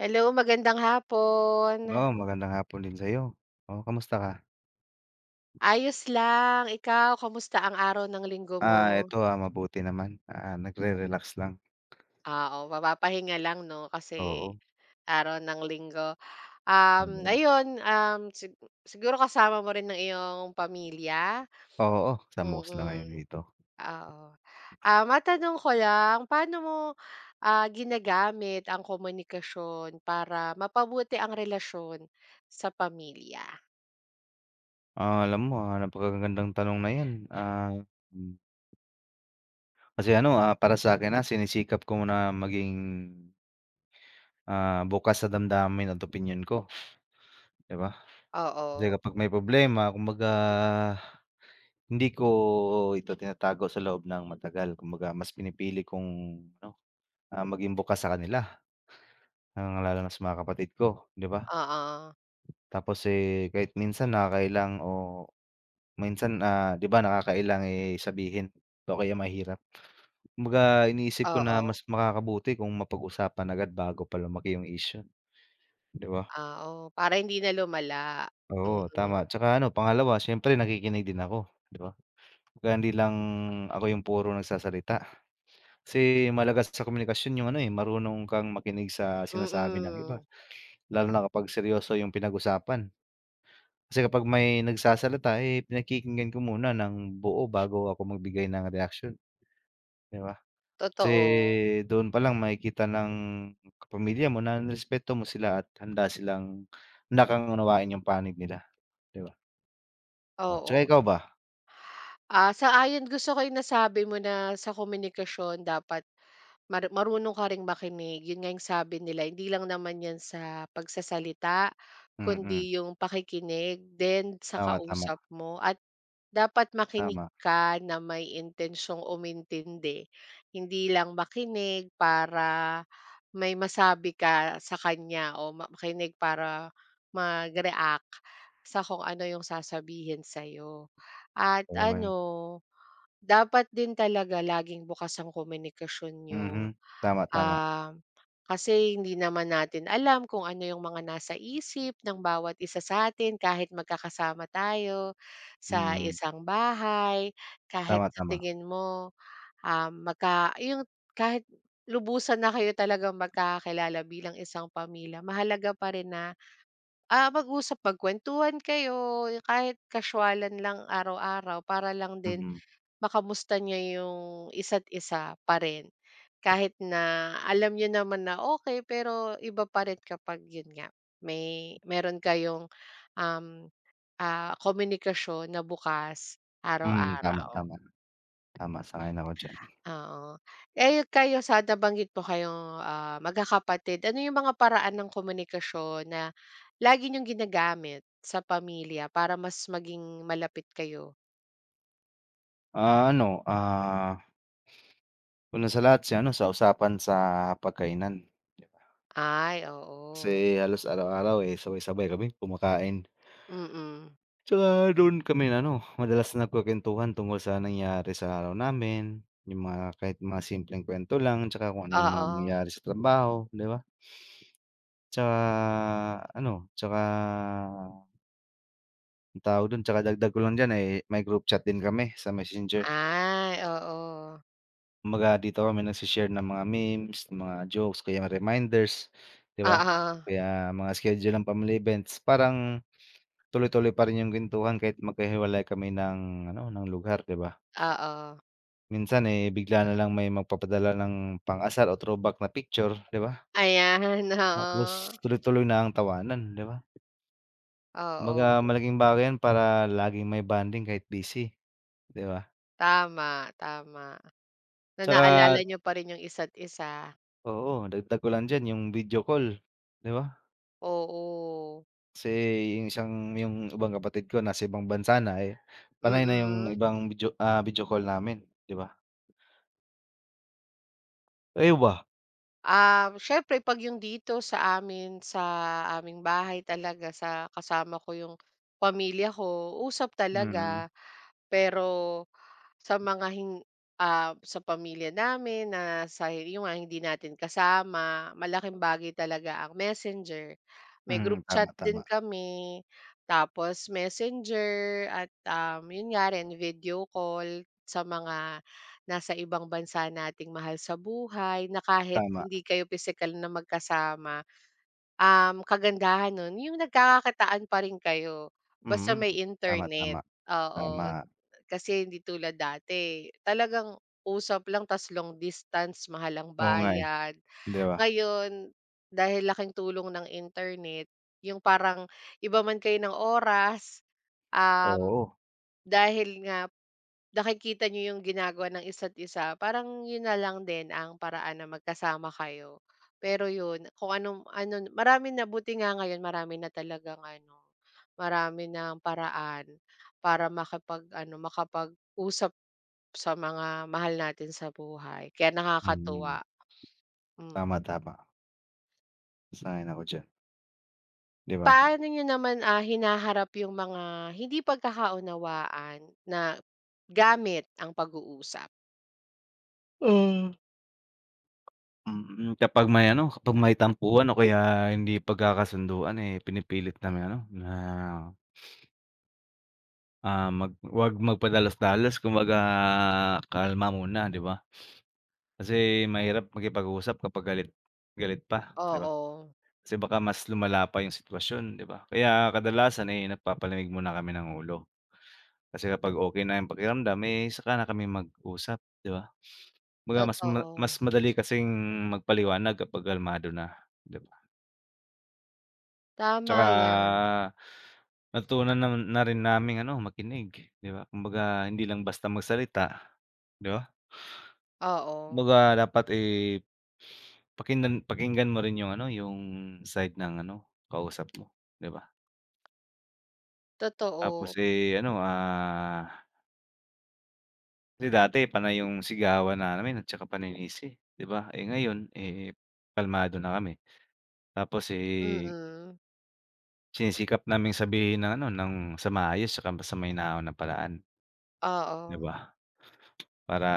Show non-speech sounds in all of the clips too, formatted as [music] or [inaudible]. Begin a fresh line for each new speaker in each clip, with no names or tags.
Hello, magandang hapon.
Oo, magandang hapon din sa'yo. Oo, kamusta ka?
Ayos lang, ikaw kamusta ang araw ng linggo mo?
Eto, mabuti naman. Nagre-relax lang,
Ah, oo, mapapahinga lang 'no, kasi
oo.
araw ng linggo. Um,
Oo.
ayun, um, sig siguro kasama mo rin ng iyong pamilya?
Oo, sa MOOCs na ngayon
Mm,
dito.
oo. Ah, matanong ko lang, paano mo, ginagamit ang komunikasyon para mapabuti ang relasyon sa pamilya?
Alam mo, napakagandang tanong na 'yan, hmm, kasi ano, para sa akin sinisikap ko na maging, bukas sa damdamin at opinyon ko, 'di ba? Kasi
Oo,
kapag may problema, kumbaga hindi ko ito tinatago sa loob ng matagal. Kumbaga mas pinipili kong ano, maging bukas sa kanila. Ah, lalo na sa mga kapatid ko, 'di ba?
oo,
Tapos, eh, kahit minsan nakakailang o minsan, 'di ba nakakailang, eh, sabihin o kaya mahirap. Kumbaga iniisip ko na
oo.
mas makakabuti kung mapag-usapan agad bago pa lumaki yung issue, 'di ba?
Ah, oo, para hindi na lumala.
Oo,
Mm,
tama. Tsaka ano, pangalawa siyempre nakikinig din ako, 'di ba? Kumbaga hindi lang ako yung puro nagsasalita. Kasi mahalaga sa komunikasyon yung ano, eh, marunong kang makinig sa sinasabi ng iba,
mm,
lalo na kapag seryoso yung pinag-usapan. Kasi kapag may nagsasalita, eh, pinakikinggan ko muna ng buo bago ako magbigay ng reaksyon, 'di ba? Kasi
totoo,
doon pa lang makikita ng kapamilya mo na nirespeto mo sila at handa silang handa kang unawain yung panig nila, 'di ba? Oh, tsaka
oo.
ikaw ba?
Ah, sang-ayon, gusto ko yung nasabi mo na sa komunikasyon dapat marunong ka ring makinig. Yun nga yung sabi nila, hindi lang naman yan sa pagsasalita,
Mm,
kundi yung pakikinig then sa
tama, tama,
kausap mo, at dapat makinig
tama,
ka na may intensyong umintindi. Hindi lang makinig para may masabi ka sa kanya o makinig para mag-react sa kung ano yung sasabihin sa'yo. At
oo nga, eh.
ano, dapat din talaga laging bukas ang komunikasyon niyo.
Mhm, tama, tama,
Um, Kasi hindi naman natin alam kung ano yung mga nasa isip ng bawat isa sa atin kahit magkakasama tayo sa
mm,
isang bahay, kahit
tama,
sa
tama,
tingin mo, um, magka yung kahit lubusan na kayo talagang magkakakilala bilang isang pamilya, mahalaga pa rin na, ah, mag-usap, magkwentuhan kayo, kahit kaswalan lang araw-araw para lang din
mm,
makamusta niya yung isa't isa pa rin. Kahit na alam niyo naman na okay, pero iba pa rin kapag yun nga, may meron kayong, um, ah, komunikasyon na bukas,
mm, tama,
araw-araw,
tama, tama, sang-ayon ako diyan.
oo. Eh, kayo sa nabanggit po kayong, ah, magkakapatid, ano yung mga paraan ng komunikasyon na lagi niyong ginagamit sa pamilya para mas maging malapit kayo?
Ah, ano, ah, una sa lahat si ano, sa usapan sa hapagkainan.
Ay,
Kasi
oo.
halos araw-araw, eh, sabay-sabay kami kumakain.
Mm,
Tsaka doon kami ano, madalas nagkukuwentuhan tungkol sa nangyari sa araw namin, yung mga kahit mga simpleng kuwento lang tsaka kung ano yung mga
oo.
nangyayari sa trabaho, 'di ba? Tsaka ano, tsaka anong tawag dun, tsaka dagdag ko lang diyan, eh, may group chat din kami sa Messenger.
Ay, oo.
Kumbaga dito kami nagse-share ng mga memes, ng mga jokes, kaya reminders, 'di ba?
Oo,
Kaya mga schedule ng family events, parang tuloy-tuloy pa rin yung kwentuhan kahit magkahiwalay kami ng ano, ng lugar, 'di ba?
oo.
Minsan, eh, bigla na lang may magpapadala ng pang-asar o throwback na picture, 'di ba?
Ayan, [laughs]
Tapos
oo.
tuloy-tuloy na ang tawanan, 'di ba? Kumbaga
Oo,
malaking bagay 'yan para laging may bonding kahit busy, 'di ba?
tama, tama. Na
Tsaka
naalala niyo pa rin yung isa't isa.
oo, dagdag ko lang diyan yung video call, 'di ba?
Oo,
Kasi yung isang yung ibang kapatid ko nasa ibang bansa na, eh, panay na yung
mm.
ibang video call namin, 'di ba? Kayo ba?
Siyempre 'pag yung dito sa amin, sa aming bahay talaga sa kasama ko yung pamilya ko, usap
Mm.
talaga. Pero Sa mga hin ah, sa pamilya namin na sa yun nga hindi natin kasama, malaking bagay talaga ang Messenger. May group
Mm,
chat
tama,
din
tama,
kami, tapos Messenger at, yun nga rin video call sa mga nasa ibang bansa nating mahal sa buhay na kahit
tama.
hindi kayo physical na magkasama, kagandahan nun yung nagkakakitaan pa rin kayo basta
Mm.
may
Tama,
internet,
tama,
oo.
tama.
Kasi hindi tulad dati, talagang usap lang ta's long distance, mahal ang
Oo nga, eh,
bayad.
'di ba?
Ngayon, dahil laking tulong ng internet, yung parang iba man kayo ng oras, um
Oo,
dahil nga, nakikita nyo yung ginagawa ng isa't isa, parang yun na lang din ang paraan na magkasama kayo. Pero yun, kung anong ano, marami na, buti nga ngayon marami na talagang ano, marami ng paraan para makapag-ano, makapag-usap sa mga mahal natin sa buhay, kaya
mm.
nakakatuwa, mm.
Tama, tama. Sang-ayon ako diyan, 'di ba?
Paano niyo naman, hinaharap yung mga hindi pagkakaunawaan na gamit ang pag-uusap?
Hmm. Mm, kapag may ano, kapag may tampuhan o kaya hindi pagkakasunduan, eh, pinipilit na may ano, na, mag 'wag magpadalos-dalos kumbaga kalma muna, 'di ba? Kasi mahirap makipag-usap kapag galit galit pa, 'di ba?
Oo.
Kasi baka mas lumala pa yung sitwasyon, 'di ba? Kaya kadalasan, eh, nagpapalamig muna kami ng ulo. Kasi kapag okey na yung pakiramdam, eh, saka na kami mag-usap, 'di ba? Kumbaga
Totoo,
mas madali kasing magpaliwanag kapag kalmado na, 'di ba?
tama
Tsaka
yan,
natutunan naman na rin naming ano, makinig, 'di ba? Kumbaga hindi lang basta magsalita, 'di ba?
oo,
Kumbaga dapat, eh, pakinggan pakinggan mo rin yung ano, yung side ng ano, kausap mo, 'di ba? Tapos,
totoo,
eh, ano, ah, kasi dati panay yung sigawan namin at saka paninisi, 'di ba? Eh, ngayon, eh, kalmado na kami. Tapos, eh,
mm,
sinisikap naming sabihin ng ano, ng sa maayos saka sa mahinahon na paraan, 'di
oo,
ba? Para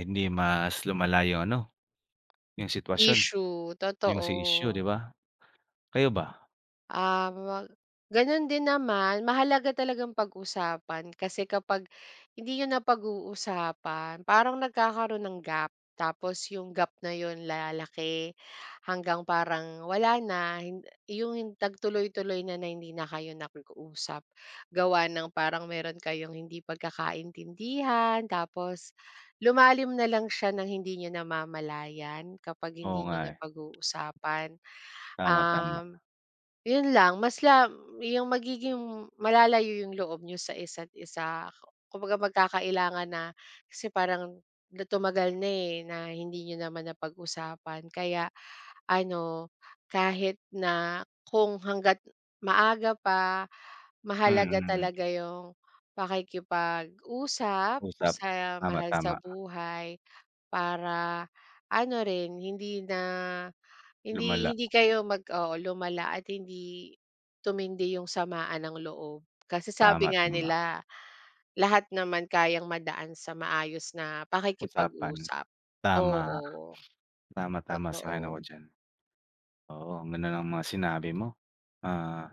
hindi mas lumala yung ano, yung sitwasyon,
issue,
yung issue,
totoo.
'di ba? Kayo ba?
Um, Gano'n din naman, mahalaga talagang pag-usapan, kasi kapag hindi niyo napag-uusapan parang nagkakaroon ng gap, tapos yung gap na yun lalaki hanggang parang wala na, yung nagtuloy-tuloy na na hindi na kayo nag-uusap. Gawa ng parang meron kayong hindi pagkakaintindihan tapos lumalim na lang siya ng hindi niyo namamalayan kapag
Oo
hindi
nga,
niyo
eh.
napag-uusapan,
Tama, tama.
um yun lang, mas la yung magiging malalayo yung loob niyo sa isa't isa. Kumbaga magkakailangan na, kasi parang na tumagal na, eh, na hindi niyo naman napag-usapan. Kaya ano, kahit na kung hangga't maaga pa, mahalaga
Mm, mm.
talaga yung pakikipag-usap
Usap.
sa
Tama,
mahal sa
tama.
buhay para ano rin, hindi na hindi
Lumala.
hindi kayo oo, lumala at hindi tumindi yung samaan ng loob. Kasi
Tama,
sabi nga
tama.
nila, lahat naman kayang madaan sa maayos na
Usapan.
pakikipag-usap.
Tama.
Oo,
Tama, tama. Sang-ayon ako
totoo,
diyan. Oo, ang ganda ng mga sinabi mo. Ah,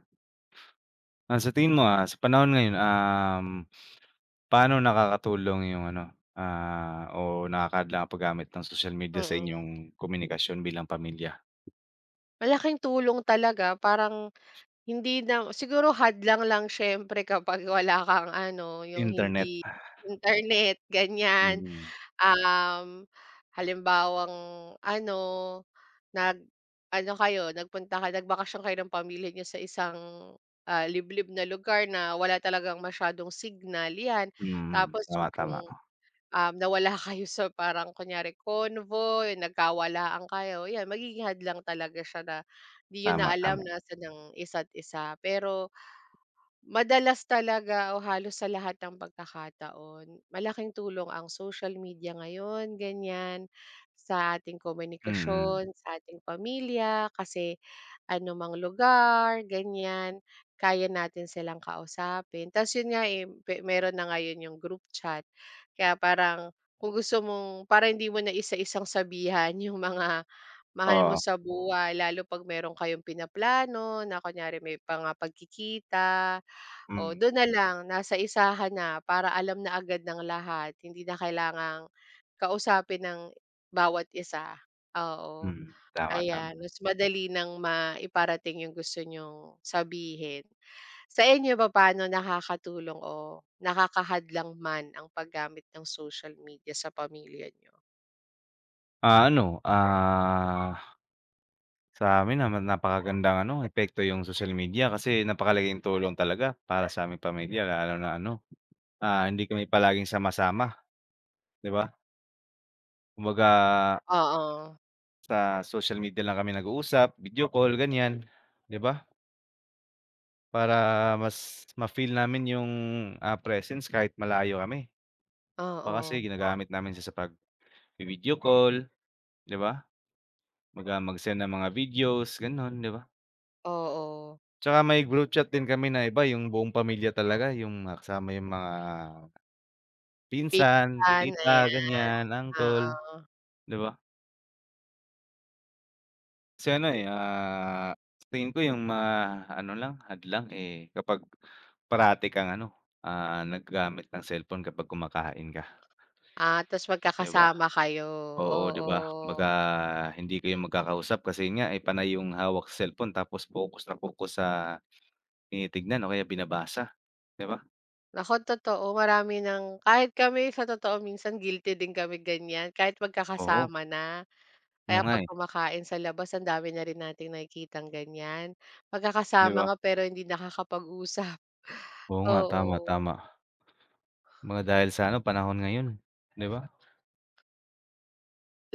Sa tingin mo, sa panahon ngayon, paano nakakatulong yung ano, o nakakadla ang paggamit ng social media sa
mm.
inyong komunikasyon bilang pamilya?
Malaking tulong talaga, parang hindi na siguro hadlang, lang siyempre kapag wala kang ano, yung
Internet.
hindi internet, ganyan.
Mm,
Um, Halimbawang ano, nag ano kayo, nagpunta kayo nagbakasyon kayo ng pamilya niyo sa isang, ah, liblib na lugar na wala talagang masyadong signal, 'yan.
mm.
Tapos yung
Tama,
kung,
tama.
nawala [laughs] kayo sa parang kunyari convoy, nagkawalaan kayo, 'yan magiging hadlang talaga siya na 'di niyo na
Tama,
alam
tama.
na sa ang isa't isa. Pero madalas talaga o halos sa lahat ng pagkakataon, malaking tulong ang social media ngayon, ganyan, sa ating
Mm.
komunikasyon, sa ating pamilya, kasi anumang lugar, ganyan, kaya natin silang kausapin. Tapos yun nga eh, meron na ngayon yung group chat, kaya parang kung gusto mong para hindi mo na isa-isang sabihan [laughs] yung mga mahal mo
Oo.
sa buhay, lalo 'pag meron kayong pinaplano na kunyari may pangapagkikita o
Hmm,
dun na lang nasa isahan na para alam na agad ng lahat, hindi na kailangang kausapin ng bawat isa, oo.
mm. Tama, tama.
Ayan, mas madali ng maiparating yung gusto niyong sabihin. Sa inyo ba paano nakakatulong o nakakahadlang man ang paggamit ng social media sa pamilya niyo?
Ah, ano, ah, sa'min naman napakagandang ano, epekto yung social media kasi napakalaking tulong talaga para sa aming pamilya lalo na ano, hindi kami palaging sama-sama, 'di ba? Kumbaga
Oo,
sa social media lang kami nag-uusap, video call, ganyan, 'di ba? Para mas ma-feel namin yung, presence kahit malayo kami. Pa kasi
oo,
ginagamit namin siya sa pagvi-video call, 'di ba? Kumbaga mag-send ng mga videos, gano'n, 'di ba?
oo.
Tsaka may group chat din kami na iba yung buong pamilya talaga, yung mga kasama yung mga pinsan,
Pinsan,
tita,
ayan,
ganyan, uncle,
oo.
'di ba? Kasi ano, eh, sa tingin ko yung ma-ano lang, hadlang, eh, kapag parati kang ano, naggagamit ng cellphone kapag kumakain ka,
Ah, ta's
'di ba?
magkakasama kayo,
Oo, 'di
oo.
ba? Kumbaga hindi kayo magkakausap kasi yun nga, eh, panay yung hawak sa cellphone tapos focus na focus sa tinitignan o kaya binabasa, 'di ba?
Naku, totoo, marami ng kahit kami sa totoo minsan guilty din kami ganyan kahit
Oo,
magkakasama na.
oo
Kaya
nga,
'pag
eh,
kumakain sa labas ang dami na rin nating nakikitang ganyan.
'di
Magkakasama
ba?
nga pero hindi nakakapag-usap, [laughs]
Oo nga, tama,
oo.
tama. Mga dahil sa ano, panahon ngayon, 'di ba?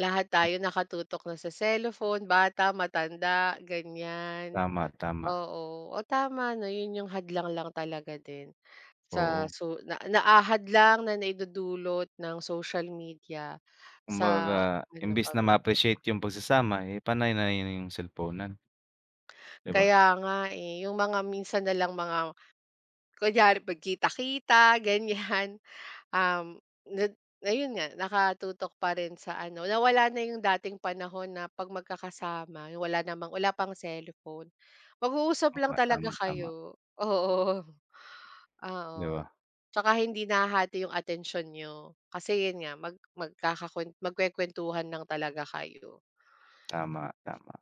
Lahat tayo nakatutok na sa cellphone, bata, matanda, ganyan.
Tama, tama,
Oo, o tama 'no, 'yun yung hadlang lang talaga din sa
oo.
so na naahad lang na naidudulot ng social media sa
Kumbaga,
ano,
imbis na
pamilya.
ma-appreciate yung pagsasama, eh, panay na yun yung cellphone-nan, 'di ba?
Kaya nga, eh, yung mga minsan nalang mga kunyari pagkita-kita ganyan, [laughs] um, na ayun nga nakatutok pa rin sa ano, nawala na yung dating panahon na 'pag magkakasama yung wala namang wala pang cellphone, mag-uusap
Oo
lang
nga,
talaga
tama, tama,
kayo, oo. [laughs]
'di
Oo,
ba?
tsaka hindi nahahati yung atensyon niyo, kasi yun nga magkukuwentuhan lang talaga kayo.
Tama, tama.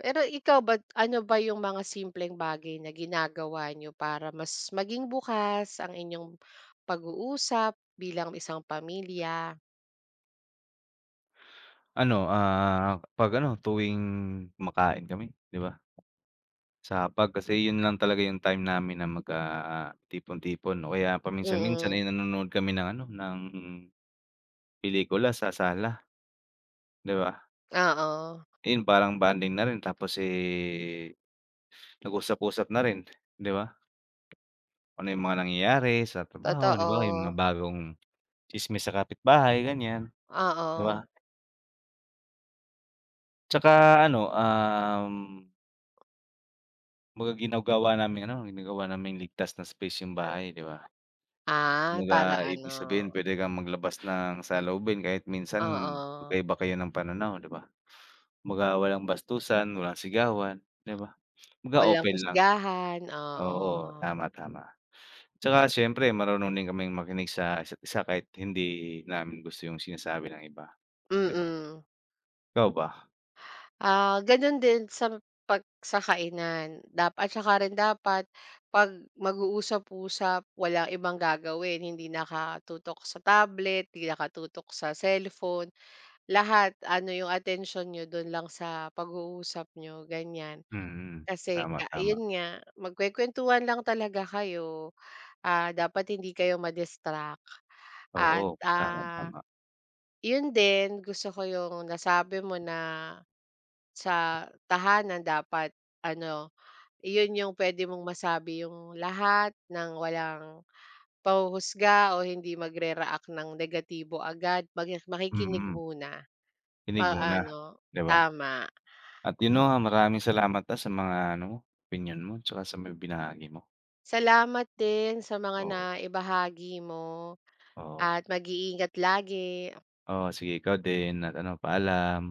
Pero ikaw ba, ano ba yung mga simpleng bagay na ginagawa niyo para mas maging bukas ang inyong pag-uusap bilang isang pamilya?
Ano, 'pag ano, tuwing kumakain kami, 'di ba, sa hapag kasi yun lang talaga yung time namin na mag, tipon-tipon o kaya paminsan-minsan
Mm,
ay nanonood kami ng ano, ng pelikula sa sala, 'di ba?
oo,
Yun parang bonding na rin tapos, eh, nag-usap-usap na rin, 'di ba? Kung ano yung mga nangyayari sa trabaho, 'di ba, yung mga
totoo,
bagong tsismis sa kapitbahay ganyan, 'di
oo.
ba? Tsaka ano, um, kumbaga ginagawa naming ano, ginagawa naming ligtas na space yung bahay, 'di ba?
Ah, para
Kumbaga ibig
ano,
sabihin puwede kang maglabas ng saloobin kahit minsan
oo,
magkaiba kayo ng pananaw, 'di ba? Kumbaga walang bastusan, walang sigawan, 'di ba? Kumbaga
walang
open lang,
husgahan,
oo,
oo.
tama, tama. Tsaka siyempre marunong din kaming makinig sa isa't isa kahit hindi namin gusto yung sinasabi ng iba, 'di ba?
Mm.
Ikaw ba?
Ah, gano'n din sa sa kainan, dap at saka rin dapat 'pag mag-uusap-usap walang ibang gagawin, hindi nakatutok sa tablet, hindi nakatutok sa cellphone, lahat ano 'yung attention niyo do'n lang sa pag-uusap niyo, ganiyan.
Mm, mm,
Kasi
tama, tama.
'yun nga, magkukuwentuhan lang talaga kayo, ah, dapat hindi kayo ma-distract at,
Oo, tama,
ah,
tama.
'yun din, gusto ko 'yung nasabi mo na sa tahanan dapat ano, iyon yung pwede mong masabi yung lahat, ng walang panghuhusga o hindi magre-react ng negatibo agad, makikinig
Mm,
muna,
kinig muna,
ma-ano,
'di ba?
tama,
At yun 'no,
oo.
maraming salamat, sa mga ano mo, opinyon mo tsaka sa mga binahagi mo.
Salamat din sa mga
Oo,
naibahagi mo
oo.
at mag-iingat lagi.
Oo, sige ikaw din at ano, paalam.